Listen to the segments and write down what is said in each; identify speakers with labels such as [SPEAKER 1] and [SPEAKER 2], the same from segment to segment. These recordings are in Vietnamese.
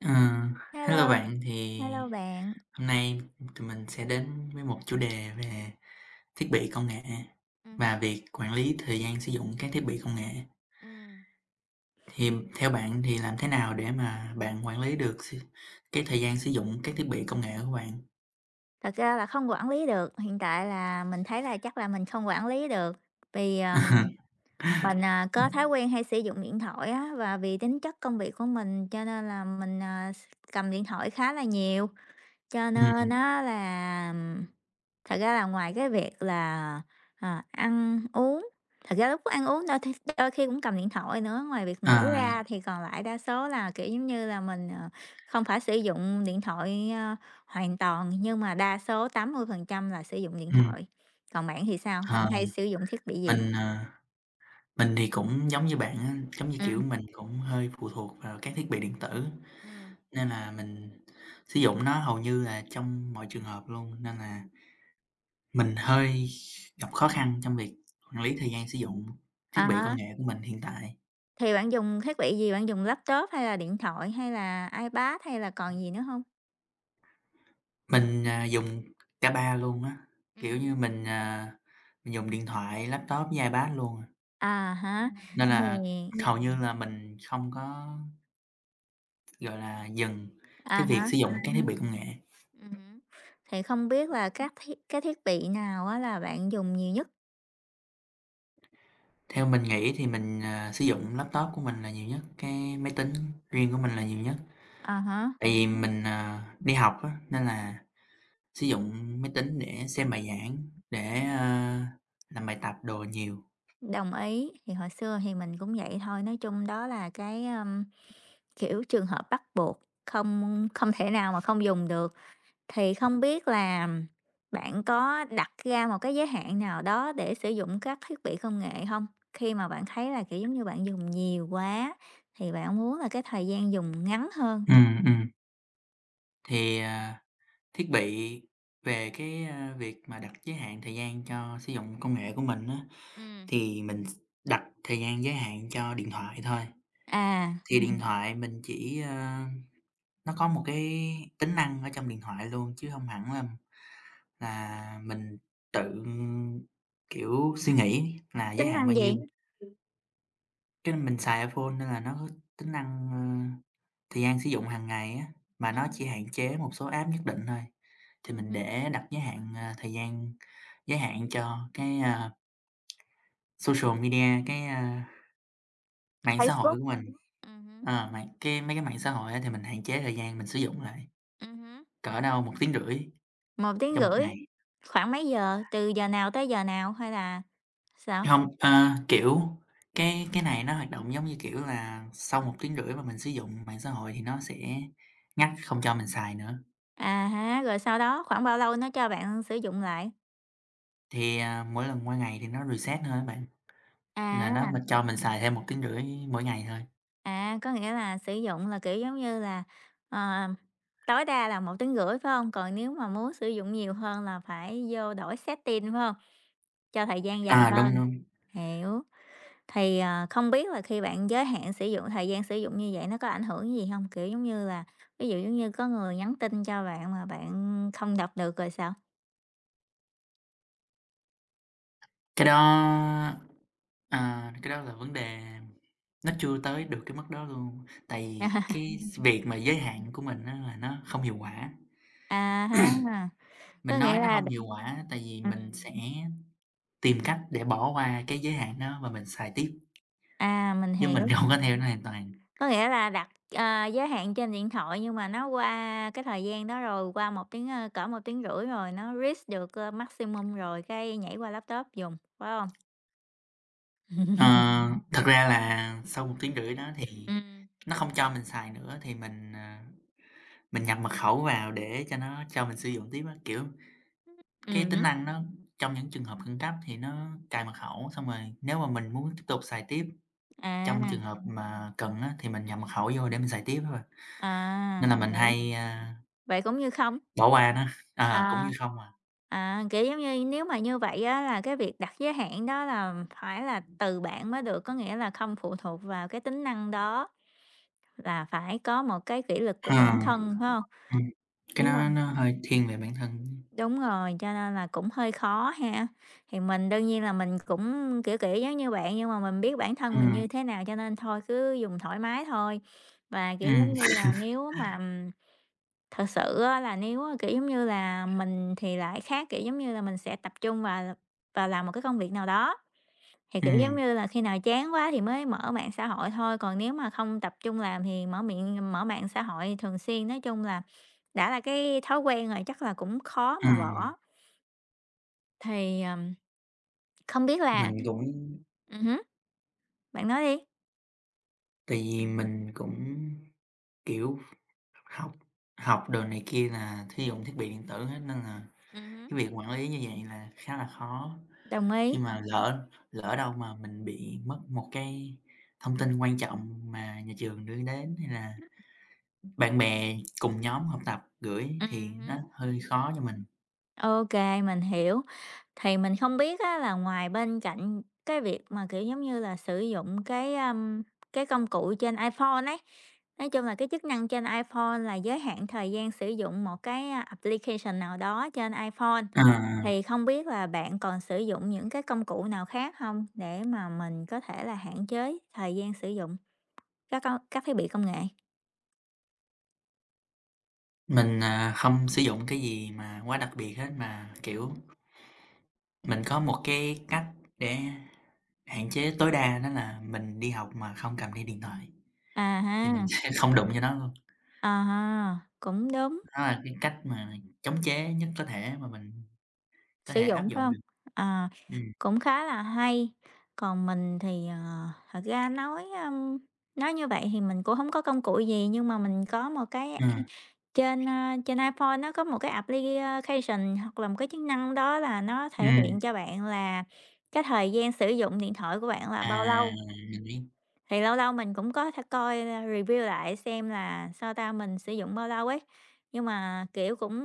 [SPEAKER 1] Ờ, Hello
[SPEAKER 2] Hello,
[SPEAKER 1] bạn. Thì
[SPEAKER 2] hello bạn.
[SPEAKER 1] hôm nay tụi mình sẽ đến với một chủ đề về thiết bị công nghệ
[SPEAKER 2] Ừm hứm,
[SPEAKER 1] và việc quản lý thời gian sử dụng các thiết bị công nghệ.
[SPEAKER 2] ừm.
[SPEAKER 1] Thì theo bạn thì làm thế nào để mà bạn quản lý được cái thời gian sử dụng các thiết bị công nghệ của bạn?
[SPEAKER 2] Thật ra là không quản lý được, hiện tại là mình thấy là chắc là mình không quản lý được, vì, mình, có thói quen hay sử dụng điện thoại á, và vì tính chất công việc của mình cho nên là mình, à, s cầm điện thoại khá là nhiều. Cho nên
[SPEAKER 1] Ừm,
[SPEAKER 2] á là thật ra là ngoài cái việc là, ăn uống, thật ra lúc ăn uống đôi khi cũng cầm điện thoại nữa, ngoài việc ngủ
[SPEAKER 1] à,
[SPEAKER 2] ra thì còn lại đa số là, kiểu, giống như là, mình, không phải sử dụng điện thoại, hoàn toàn, nhưng mà đa số 80% là sử dụng điện
[SPEAKER 1] ừm,
[SPEAKER 2] thoại. Còn bạn thì sao? Bạn
[SPEAKER 1] ờ,
[SPEAKER 2] hay sử dụng thiết bị gì?
[SPEAKER 1] mình, ờ, mình thì cũng giống như bạn á, giống như, kiểu,
[SPEAKER 2] Ừm.
[SPEAKER 1] mình cũng hơi phụ thuộc vào các thiết bị điện tử.
[SPEAKER 2] Ừm,
[SPEAKER 1] Nên là mình sử dụng nó hầu như là trong mọi trường hợp luôn, nên là
[SPEAKER 2] ừm.
[SPEAKER 1] mình hơi gặp khó khăn trong việc quản lý thời gian sử dụng
[SPEAKER 2] À
[SPEAKER 1] thiết bị công
[SPEAKER 2] há,
[SPEAKER 1] nghệ của mình hiện tại.
[SPEAKER 2] thì bạn dùng thiết bị gì? Bạn dùng laptop hay là điện thoại hay là iPad hay là còn gì nữa không?
[SPEAKER 1] Mình dùng cả ba luôn á, kiểu như,
[SPEAKER 2] Ừm.
[SPEAKER 1] mình dùng điện thoại, laptop với iPad luôn à,
[SPEAKER 2] À há,
[SPEAKER 1] nên là
[SPEAKER 2] thì
[SPEAKER 1] hầu như là mình không có, gọi là, dừng
[SPEAKER 2] à
[SPEAKER 1] cái việc
[SPEAKER 2] há,
[SPEAKER 1] sử dụng các thiết bị công nghệ.
[SPEAKER 2] hứm, thì không biết là các thiết cái thiết bị nào á là bạn dùng nhiều nhất?
[SPEAKER 1] Theo mình nghĩ thì mình sử dụng laptop của mình là nhiều nhất, cái máy tính riêng của mình là nhiều nhất.
[SPEAKER 2] À há,
[SPEAKER 1] Tại vì mình đi học á, nên là sử dụng máy tính để xem bài giảng, để,
[SPEAKER 2] ừm,
[SPEAKER 1] ờ, làm bài tập đồ nhiều.
[SPEAKER 2] đồng ý, thì hồi xưa thì mình cũng vậy thôi, nói chung đó là cái, kiểu, trường hợp bắt buộc, không không thể nào mà không dùng được. Thì không biết là bạn có đặt ra một cái giới hạn nào đó để sử dụng các thiết bị công nghệ không? Khi mà bạn thấy là, kiểu, giống như bạn dùng nhiều quá thì bạn muốn là cái thời gian dùng ngắn hơn.
[SPEAKER 1] Ừm, ừm, thì, ờ, Thiết bị về cái, việc mà đặt giới hạn thời gian cho sử dụng công nghệ của mình á,
[SPEAKER 2] Ừm.
[SPEAKER 1] thì mình đặt thời gian giới hạn cho điện thoại thôi.
[SPEAKER 2] À,
[SPEAKER 1] Thì điện thoại mình chỉ, nó có một cái tính năng ở trong điện thoại luôn chứ không hẳn là mình tự, kiểu, suy nghĩ là giới
[SPEAKER 2] tính
[SPEAKER 1] hạn
[SPEAKER 2] năng
[SPEAKER 1] bao nhiêu.
[SPEAKER 2] gì?
[SPEAKER 1] Cái mình xài iPhone nên là nó có tính năng, thời gian sử dụng hàng ngày á, mà nó
[SPEAKER 2] Ừm
[SPEAKER 1] chỉ hạn chế một số app nhất định thôi. Thì mình
[SPEAKER 2] ừm
[SPEAKER 1] để đặt giới hạn, thời gian giới hạn cho cái, social media, cái, mạng xã
[SPEAKER 2] Facebook.
[SPEAKER 1] hội của mình.
[SPEAKER 2] Hứm,
[SPEAKER 1] Ờ, mạng cái Mấy cái mạng xã hội á thì mình hạn chế thời gian mình sử dụng lại,
[SPEAKER 2] hứm.
[SPEAKER 1] cỡ đâu một tiếng rưỡi
[SPEAKER 2] 1,5 tiếng,
[SPEAKER 1] trong một
[SPEAKER 2] rưỡi,
[SPEAKER 1] ngày.
[SPEAKER 2] khoảng mấy giờ? Từ giờ nào tới giờ nào hay là sao?
[SPEAKER 1] Hông, kiểu, cái này nó hoạt động giống như, kiểu là, sau một tiếng rưỡi mà mình sử dụng mạng xã hội thì nó sẽ ngắt không cho mình xài nữa.
[SPEAKER 2] À há, rồi sau đó khoảng bao lâu nó cho bạn sử dụng lại?
[SPEAKER 1] Mỗi lần qua ngày thì nó reset thôi á bạn, là
[SPEAKER 2] À,
[SPEAKER 1] mình cho mình xài thêm một tiếng rưỡi mỗi ngày thôi.
[SPEAKER 2] có nghĩa là sử dụng là, kiểu, giống như là, ờ, tối đa là một tiếng, rưỡi, phải hông? Còn nếu mà muốn sử dụng nhiều hơn là phải vô đổi setting, phải hông? Cho thời gian dài
[SPEAKER 1] Đúng,
[SPEAKER 2] hơn,
[SPEAKER 1] đúng.
[SPEAKER 2] hiểu. Thì, không biết là khi bạn giới hạn sử dụng thời gian sử dụng như vậy nó có ảnh hưởng gì không? Kiểu, giống như là, ví dụ giống như có người nhắn tin cho bạn mà bạn không đọc được rồi sao?
[SPEAKER 1] Cái đó, à, cái đó là vấn đề nó chưa tới được cái mức đó luôn, tại vì
[SPEAKER 2] À.
[SPEAKER 1] cái việc mà giới hạn của mình á là nó không hiệu quả.
[SPEAKER 2] À ha,
[SPEAKER 1] Mình
[SPEAKER 2] có
[SPEAKER 1] nói
[SPEAKER 2] nghĩa
[SPEAKER 1] nó
[SPEAKER 2] là đ
[SPEAKER 1] hông hiệu quả tại vì mình
[SPEAKER 2] ừm,
[SPEAKER 1] sẽ tìm cách để bỏ qua cái giới hạn đó và mình xài tiếp,
[SPEAKER 2] à, mình
[SPEAKER 1] chứ mình
[SPEAKER 2] hiểu,
[SPEAKER 1] hông có theo nó hoàn toàn.
[SPEAKER 2] có nghĩa là đặt, giới hạn trên điện thoại nhưng mà nó qua cái thời gian đó rồi, qua một tiếng, cỡ một tiếng rưỡi rồi nó reach được, maximum rồi cái nhảy qua laptop dùng, phải không?
[SPEAKER 1] Ờ, Thật ra là sau một tiếng rưỡi đó thì
[SPEAKER 2] ừ
[SPEAKER 1] nó không cho mình xài nữa thì mình nhập mật khẩu vào để cho nó cho mình sử dụng tiếp á, kiểu, cái tính
[SPEAKER 2] ừ
[SPEAKER 1] năng nó trong những trường hợp khẩn cấp thì nó cài mật khẩu, xong rồi nếu mà mình muốn tiếp tục xài tiếp trong
[SPEAKER 2] à,
[SPEAKER 1] trường hợp mà cần á, thì mình nhập mật
[SPEAKER 2] Ừm.
[SPEAKER 1] khẩu vô để mình xài tiếp thôi, nên là mình
[SPEAKER 2] Hiểu.
[SPEAKER 1] hay,
[SPEAKER 2] Vậy cũng như không?
[SPEAKER 1] bỏ qua nó, cũng
[SPEAKER 2] À.
[SPEAKER 1] như không à.
[SPEAKER 2] À, kiểu, giống như, nếu mà như vậy á là cái việc đặt giới hạn đó là phải là từ bạn mới được, có nghĩa là không phụ thuộc vào cái tính năng đó, là phải có một cái kỷ luật của
[SPEAKER 1] Ờ,
[SPEAKER 2] bản thân, phải không?
[SPEAKER 1] ừm, cái
[SPEAKER 2] Nếu mà
[SPEAKER 1] đó nó hơi thiên về bản thân.
[SPEAKER 2] đúng rồi, cho nên là cũng hơi khó ha. Thì mình đương nhiên là mình cũng, kiểu, giống như bạn, nhưng mà mình biết bản thân mình
[SPEAKER 1] Ừm,
[SPEAKER 2] như thế nào cho nên thôi cứ dùng thoải mái thôi. Và, kiểu,
[SPEAKER 1] ừm,
[SPEAKER 2] giống như là, nếu mà Thật sự á là nếu á, kiểu, giống như là, mình thì lại khác, kiểu, giống như là, mình sẽ tập trung vào l vào làm một cái công việc nào đó, thì, kiểu, giống
[SPEAKER 1] ừm,
[SPEAKER 2] như là, khi nào chán quá thì mới mở mạng xã hội thôi, còn nếu mà không tập trung làm thì mở mạng xã hội thường xuyên. Nói chung là đã là cái thói quen rồi chắc là cũng khó mà
[SPEAKER 1] ừm,
[SPEAKER 2] bỏ. Thì, không biết là
[SPEAKER 1] mình cũng
[SPEAKER 2] ừm hứm, bạn nói đi.
[SPEAKER 1] tại vì mình cũng, kiểu, học học đồ này kia là sử dụng thiết bị điện tử hết nên là
[SPEAKER 2] Hứm.
[SPEAKER 1] cái việc quản lý như vậy là khá là khó,
[SPEAKER 2] Đồng
[SPEAKER 1] khi
[SPEAKER 2] ý.
[SPEAKER 1] mà lỡ lỡ đâu mà mình bị mất một cái thông tin quan trọng mà nhà trường đưa đến hay là bạn bè cùng nhóm học tập gửi thì nó
[SPEAKER 2] Hứm.
[SPEAKER 1] hơi khó cho mình.
[SPEAKER 2] OK, mình hiểu. Thì mình không biết á là ngoài bên cạnh cái việc mà, kiểu, giống như là, sử dụng cái, cái công cụ trên iPhone ấy, nói chung là cái chức năng trên iPhone là giới hạn thời gian sử dụng một cái, application nào đó trên iPhone,
[SPEAKER 1] Ờ,
[SPEAKER 2] thì không biết là bạn còn sử dụng những cái công cụ nào khác không để mà mình có thể là hạn chế thời gian sử dụng các thiết bị công nghệ?
[SPEAKER 1] không sử dụng cái gì mà quá đặc biệt hết, mà, kiểu,
[SPEAKER 2] Ừm
[SPEAKER 1] mình có một cái cách để hạn chế tối đa đó là mình đi học mà không cầm theo điện thoại,
[SPEAKER 2] À
[SPEAKER 1] thì mình
[SPEAKER 2] ha,
[SPEAKER 1] sẽ không đụng vô nó luôn.
[SPEAKER 2] à ha, cũng đúng.
[SPEAKER 1] Đó là cái cách mà chống chế nhất có thể mà mình có
[SPEAKER 2] Sử
[SPEAKER 1] thể áp
[SPEAKER 2] dụng, phải
[SPEAKER 1] dụng
[SPEAKER 2] không?
[SPEAKER 1] được.
[SPEAKER 2] À,
[SPEAKER 1] Ừm,
[SPEAKER 2] cũng khá là hay. Còn mình thì, thật ra nói, nói như vậy thì mình cũng không có công cụ gì, nhưng mà mình có một cái
[SPEAKER 1] ừm,
[SPEAKER 2] trên, trên iPhone nó có một cái application hoặc là một cái chức năng đó là nó thể hiện
[SPEAKER 1] ừm,
[SPEAKER 2] cho bạn là cái thời gian sử dụng điện thoại của bạn là bao
[SPEAKER 1] à,
[SPEAKER 2] lâu.
[SPEAKER 1] mình biết.
[SPEAKER 2] Thì lâu lâu mình cũng có thể coi, review lại xem là, sao ta, mình sử dụng bao lâu ấy, nhưng mà, kiểu, cũng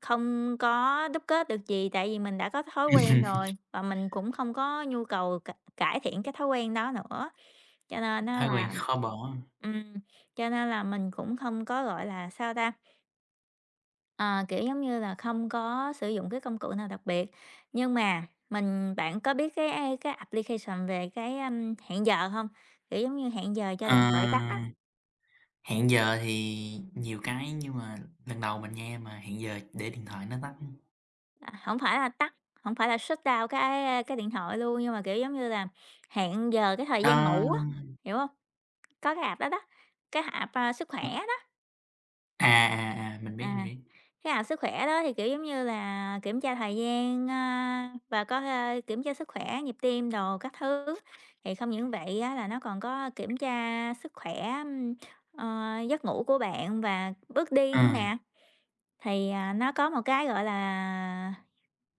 [SPEAKER 2] không có đúc kết được gì, tại vì mình đã có thói quen rồi và mình cũng không có nhu cầu cải thiện cái thói quen đó nữa. Cho nên nó
[SPEAKER 1] Thói quen
[SPEAKER 2] là
[SPEAKER 1] khó bỏ.
[SPEAKER 2] ừm, cho nên là mình cũng không có, gọi là, sao ta. À, kiểu, giống như là, không có sử dụng cái công cụ nào đặc biệt, nhưng mà bạn có biết cái application về cái, hẹn giờ không? Kiểu, giống như, hẹn giờ cho
[SPEAKER 1] Ờ,
[SPEAKER 2] điện thoại tắt á,
[SPEAKER 1] Hẹn giờ thì nhiều cái nhưng mà lần đầu mình nghe mà hẹn giờ để điện thoại nó tắt
[SPEAKER 2] à, hổng phải là tắt, không phải là shutdown cái điện thoại luôn, nhưng mà, kiểu, giống như là, hẹn giờ cái thời gian
[SPEAKER 1] nó
[SPEAKER 2] ngủ á, hiểu không? Có cái app đó đó, cái app, sức khỏe đó.
[SPEAKER 1] à, à, à, mình biết, mình
[SPEAKER 2] À.
[SPEAKER 1] biết.
[SPEAKER 2] Cái app sức khỏe đó thì, kiểu, giống như là, kiểm tra thời gian, và có thể kiểm tra sức khỏe, nhịp tim đồ các thứ. Thì không những vậy á là nó còn có kiểm tra sức khỏe, giấc ngủ của bạn và bước đi
[SPEAKER 1] Ờ,
[SPEAKER 2] nữa nè. Thì, nó có một cái, gọi là,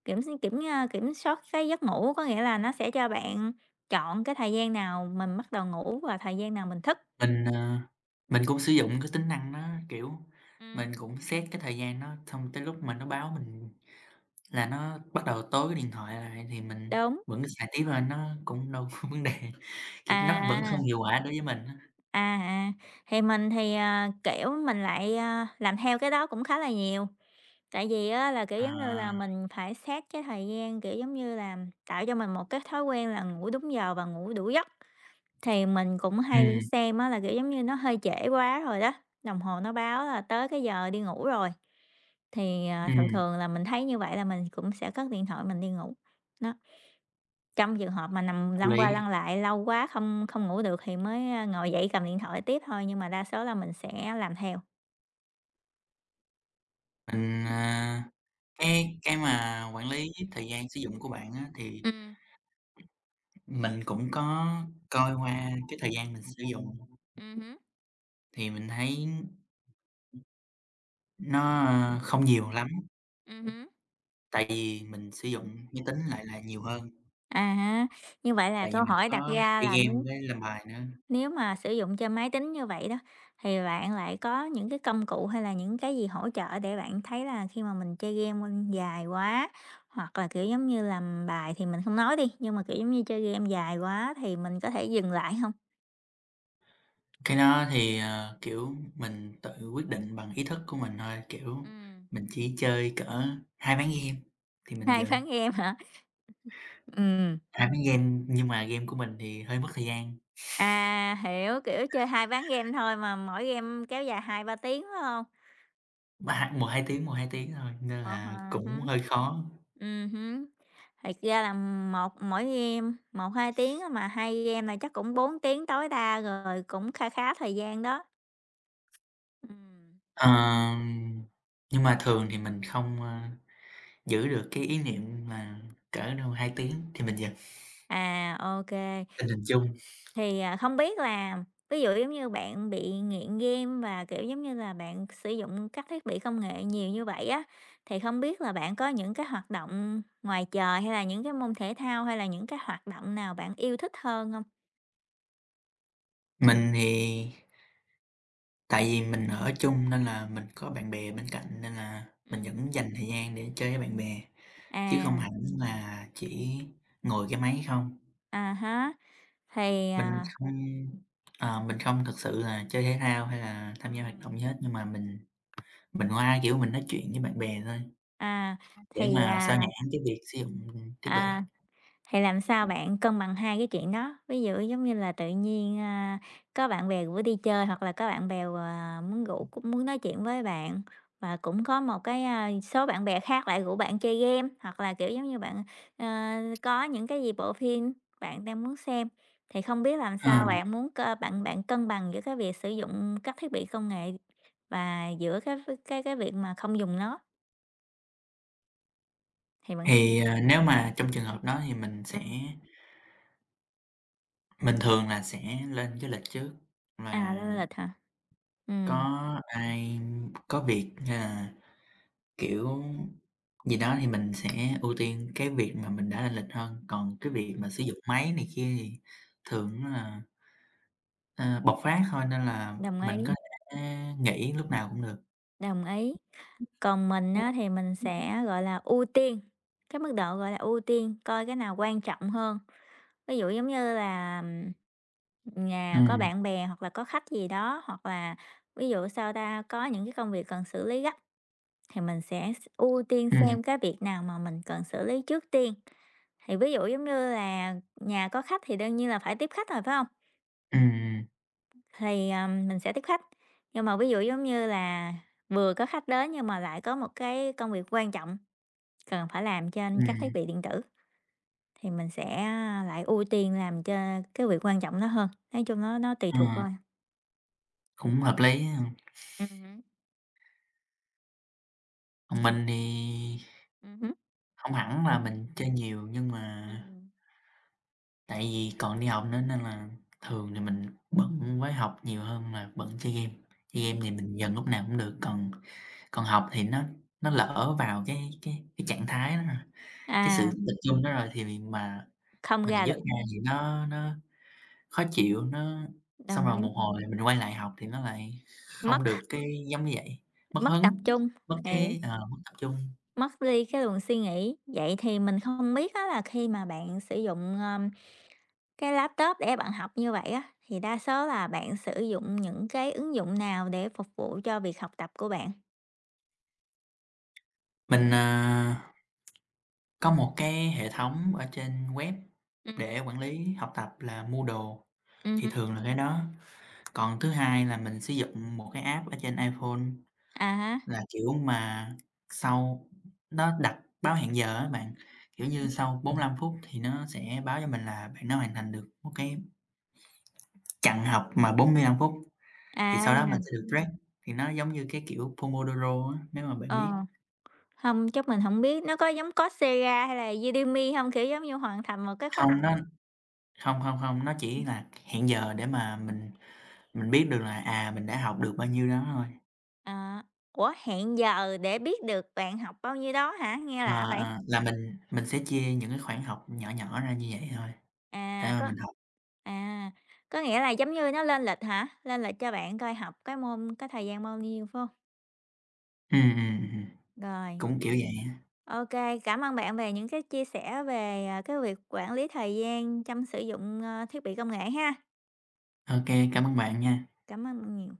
[SPEAKER 2] kiểm kiểm, a, kiểm soát cái giấc ngủ, có nghĩa là nó sẽ cho bạn chọn cái thời gian nào mình bắt đầu ngủ và thời gian nào mình thức.
[SPEAKER 1] mình, ờ, mình cũng sử dụng cái tính năng nó, kiểu, mình
[SPEAKER 2] Ừm.
[SPEAKER 1] cũng set cái thời gian nó xong tới lúc mà nó báo mình là nó bắt đầu tối cái điện thoại lại thì mình
[SPEAKER 2] Đúng,
[SPEAKER 1] vẫn cứ xài tiếp thôi, nó cũng đâu có vấn đề,
[SPEAKER 2] À.
[SPEAKER 1] kiểu, nó vẫn
[SPEAKER 2] à.
[SPEAKER 1] không hiệu quả đối với mình á.
[SPEAKER 2] À, à, thì mình thì, kiểu, mình lại, làm theo cái đó cũng khá là nhiều. Tại vì á là, kiểu, giống như là,
[SPEAKER 1] À,
[SPEAKER 2] mình phải xét cái thời gian, kiểu, giống như là, tạo cho mình một cái thói quen là ngủ đúng giờ và ngủ đủ giấc. Thì mình cũng hay
[SPEAKER 1] ừm,
[SPEAKER 2] xem á là, kiểu, giống như, nó hơi trễ quá rồi đó, đồng hồ nó báo là tới cái giờ đi ngủ rồi. Thì, thường
[SPEAKER 1] ừm,
[SPEAKER 2] thường là mình thấy như vậy là mình cũng sẽ cất điện thoại mình đi ngủ, đó. Trong trường hợp mà nằm
[SPEAKER 1] Hợp
[SPEAKER 2] lăn qua
[SPEAKER 1] lý.
[SPEAKER 2] lăn lại lâu quá không không ngủ được thì mới, ngồi dậy cầm điện thoại tiếp thôi, nhưng mà đa số là mình sẽ làm theo.
[SPEAKER 1] Mình, à Cái mà quản lý thời gian sử dụng của bạn á, thì
[SPEAKER 2] Ừm,
[SPEAKER 1] mình cũng có coi qua cái thời gian mình sử dụng
[SPEAKER 2] hứm,
[SPEAKER 1] thì mình thấy nó, không nhiều lắm,
[SPEAKER 2] hứm.
[SPEAKER 1] tại vì mình sử dụng máy tính lại là nhiều hơn,
[SPEAKER 2] À ha, như vậy là
[SPEAKER 1] tại vì
[SPEAKER 2] câu
[SPEAKER 1] mình
[SPEAKER 2] hỏi đặt
[SPEAKER 1] có
[SPEAKER 2] ra
[SPEAKER 1] chơi
[SPEAKER 2] là
[SPEAKER 1] game
[SPEAKER 2] nếu
[SPEAKER 1] với làm bài nữa.
[SPEAKER 2] nếu mà sử dụng trên máy tính như vậy đó, thì bạn lại có những cái công cụ hay là những cái gì hỗ trợ để bạn thấy là khi mà mình chơi game dài quá, hoặc là, kiểu, giống như, làm bài thì mình không nói đi, nhưng mà, kiểu, giống như, chơi game dài quá thì mình có thể dừng lại không?
[SPEAKER 1] Cái đó thì, kiểu, mình tự quyết định bằng ý thức của mình thôi, kiểu,
[SPEAKER 2] Ừm,
[SPEAKER 1] mình chỉ chơi cỡ 2 ván game thì mình
[SPEAKER 2] hay
[SPEAKER 1] dừng.
[SPEAKER 2] ván game hả? Ừm.
[SPEAKER 1] Hai ván game nhưng mà game của mình thì hơi mất thời gian,
[SPEAKER 2] À, hiểu, kiểu, chơi 2 ván game thôi mà mỗi game kéo dài hai ba tiếng, phải không?
[SPEAKER 1] một hai tiếng thôi nên
[SPEAKER 2] Ờ
[SPEAKER 1] là
[SPEAKER 2] ha,
[SPEAKER 1] cũng
[SPEAKER 2] hứm.
[SPEAKER 1] hơi khó.
[SPEAKER 2] Hứm. Thiệt ra là mỗi game một 2 tiếng á, mà hai game là chắc cũng 4 tiếng tối đa rồi, cũng kha khá thời gian đó. Ừm.
[SPEAKER 1] Ờm, nhưng mà thường thì mình không, giữ được cái ý niệm là cỡ đâu 2 tiếng thì mình dừng,
[SPEAKER 2] À, ok.
[SPEAKER 1] tình hình chung.
[SPEAKER 2] Thì, không biết là ví dụ giống như bạn bị nghiện game và, kiểu, giống như là, bạn sử dụng các thiết bị công nghệ nhiều như vậy á, thì không biết là bạn có những cái hoạt động ngoài trời, hay là những cái môn thể thao, hay là những cái hoạt động nào bạn yêu thích hơn không?
[SPEAKER 1] Mình thì Tại vì mình ở chung nên là mình có bạn bè bên cạnh nên là mình
[SPEAKER 2] Hứm.
[SPEAKER 1] vẫn dành thời gian để chơi với bạn bè, chứ không
[SPEAKER 2] À,
[SPEAKER 1] hẳn là chỉ ngồi cái máy không.
[SPEAKER 2] à há, thì,
[SPEAKER 1] Mình
[SPEAKER 2] à
[SPEAKER 1] không mình không thực sự là chơi thể thao hay là tham gia hoạt
[SPEAKER 2] Ừm.
[SPEAKER 1] động gì hết, nhưng mà mình qua, kiểu, mình nói chuyện với bạn bè thôi,
[SPEAKER 2] à,
[SPEAKER 1] để
[SPEAKER 2] thì,
[SPEAKER 1] mà xao
[SPEAKER 2] à,
[SPEAKER 1] nhãng cái việc sử dụng thiết bị.
[SPEAKER 2] à Thì làm sao bạn cân bằng hai cái chuyện đó? Ví dụ giống như là tự nhiên, có bạn bè rủ đi chơi hoặc là có bạn bè, muốn rủ cũng muốn nói chuyện với bạn, và cũng có một cái, số bạn bè khác lại rủ bạn chơi game, hoặc là, kiểu, giống như bạn, ờ, có những cái gì bộ phim bạn đang muốn xem. Thì không biết làm
[SPEAKER 1] Ờ,
[SPEAKER 2] sao bạn muốn cơ bạn bạn cân bằng giữa cái việc sử dụng các thiết bị công nghệ và giữa cái việc mà không dùng nó, thì bạn s
[SPEAKER 1] Nếu mà trong trường hợp đó thì mình thường là sẽ lên cái lịch trước
[SPEAKER 2] à,
[SPEAKER 1] là
[SPEAKER 2] lên lịch hả? Ừm,
[SPEAKER 1] có ai có việc hay là kiểu, gì đó thì mình sẽ ưu tiên cái việc mà mình đã lên lịch hơn, còn cái việc
[SPEAKER 2] ừm,
[SPEAKER 1] mà sử dụng máy này kia thì thường là, ờ, bộc phát thôi nên là
[SPEAKER 2] đồng
[SPEAKER 1] mình
[SPEAKER 2] ý.
[SPEAKER 1] có thể nghỉ lúc nào cũng được.
[SPEAKER 2] Đồng ý. Còn mình á, thì mình sẽ, gọi là, ưu tiên, cái mức độ, gọi là, ưu tiên, coi cái nào quan trọng hơn. Ví dụ giống như là, nhà có
[SPEAKER 1] Ừm,
[SPEAKER 2] bạn bè hoặc là có khách gì đó, hoặc là ví dụ, sao ta, có những cái công việc cần xử lý gấp thì mình sẽ ưu tiên
[SPEAKER 1] ừm,
[SPEAKER 2] xem cái việc nào mà mình cần xử lý trước tiên. Thì ví dụ giống như là nhà có khách thì đương nhiên là phải tiếp khách rồi, phải không?
[SPEAKER 1] ừm,
[SPEAKER 2] Thì, mình sẽ tiếp khách. Nhưng mà ví dụ giống như là vừa có khách đến nhưng mà lại có một cái công việc quan trọng cần phải làm trên các thiết
[SPEAKER 1] ừm,
[SPEAKER 2] bị điện tử, thì mình sẽ lại ưu tiên làm cho cái việc quan trọng đó hơn. Nói chung nó tùy
[SPEAKER 1] ờ,
[SPEAKER 2] thuộc thôi.
[SPEAKER 1] Cũng hợp lý ha.
[SPEAKER 2] Hứm,
[SPEAKER 1] Còn mình thì
[SPEAKER 2] hứm,
[SPEAKER 1] hông hẳn
[SPEAKER 2] Ừm.
[SPEAKER 1] là mình chơi nhiều nhưng mà
[SPEAKER 2] ừm,
[SPEAKER 1] tại vì còn đi học nữa nên là thường thì mình bận với học nhiều hơn là bận chơi game. Chơi game thì mình dần lúc nào cũng được, còn Còn học thì nó lỡ vào cái trạng thái đó rồi, cái
[SPEAKER 2] À,
[SPEAKER 1] sự tập trung đó rồi thì mà
[SPEAKER 2] không
[SPEAKER 1] mình
[SPEAKER 2] ra được,
[SPEAKER 1] dứt ra thì nó khó chịu, nó xong
[SPEAKER 2] đồng
[SPEAKER 1] rồi
[SPEAKER 2] ý,
[SPEAKER 1] một hồi mình quay lại học thì nó lại
[SPEAKER 2] mất
[SPEAKER 1] không được cái giống như vậy, mất
[SPEAKER 2] mất tập
[SPEAKER 1] hứng,
[SPEAKER 2] trung, thì
[SPEAKER 1] mất tập trung.
[SPEAKER 2] Mất đi cái luồng suy nghĩ. Vậy thì mình không biết á là khi mà bạn sử dụng, cái laptop để bạn học như vậy á, thì đa số là bạn sử dụng những cái ứng dụng nào để phục vụ cho việc học tập của bạn?
[SPEAKER 1] Mình có một cái hệ thống ở trên web để
[SPEAKER 2] Hứm.
[SPEAKER 1] quản lý học tập là Moodle, thì thường là cái đó. Còn thứ hai là mình sử dụng một cái app ở trên iPhone.
[SPEAKER 2] À hả?
[SPEAKER 1] Là, kiểu, mà sau Nó đặt báo hẹn giờ á bạn, kiểu như,
[SPEAKER 2] Ừm
[SPEAKER 1] sau 45 phút thì nó sẽ báo cho mình là bạn đã hoàn thành được một cái chặng học mà 45 phút, thì sau đó
[SPEAKER 2] À,
[SPEAKER 1] mình sẽ được break, thì nó giống như cái kiểu Pomodoro á, nếu mà bạn
[SPEAKER 2] ờ,
[SPEAKER 1] biết.
[SPEAKER 2] hông, chắc mình không biết nó có giống Coursera hay là Udemy không? Kiểu, giống như hoàn thành một cái khóa học,
[SPEAKER 1] Không, nó chỉ
[SPEAKER 2] ừm,
[SPEAKER 1] là hẹn giờ để mà mình biết được là, mình đã học được bao nhiêu đó thôi.
[SPEAKER 2] ờ, ủa, hẹn giờ để biết được bạn học bao nhiêu đó hả? Nghe lạ vậy.
[SPEAKER 1] Ờ, là mình sẽ chia những cái khoảng học nhỏ nhỏ ra như vậy thôi, để
[SPEAKER 2] À,
[SPEAKER 1] mà
[SPEAKER 2] có
[SPEAKER 1] mình học.
[SPEAKER 2] à, có nghĩa là giống như nó lên lịch hả? Lên lịch cho bạn coi học cái thời gian bao nhiêu, phải hông?
[SPEAKER 1] Ừm, ừm, ừm,
[SPEAKER 2] Rồi,
[SPEAKER 1] Cũng kiểu vậy á.
[SPEAKER 2] ok, cảm ơn bạn về những cái chia sẻ về, cái việc quản lý thời gian trong sử dụng, thiết bị công nghệ ha.
[SPEAKER 1] Ô kê, cảm ơn bạn nha.
[SPEAKER 2] Cảm ơn bạn nhiều.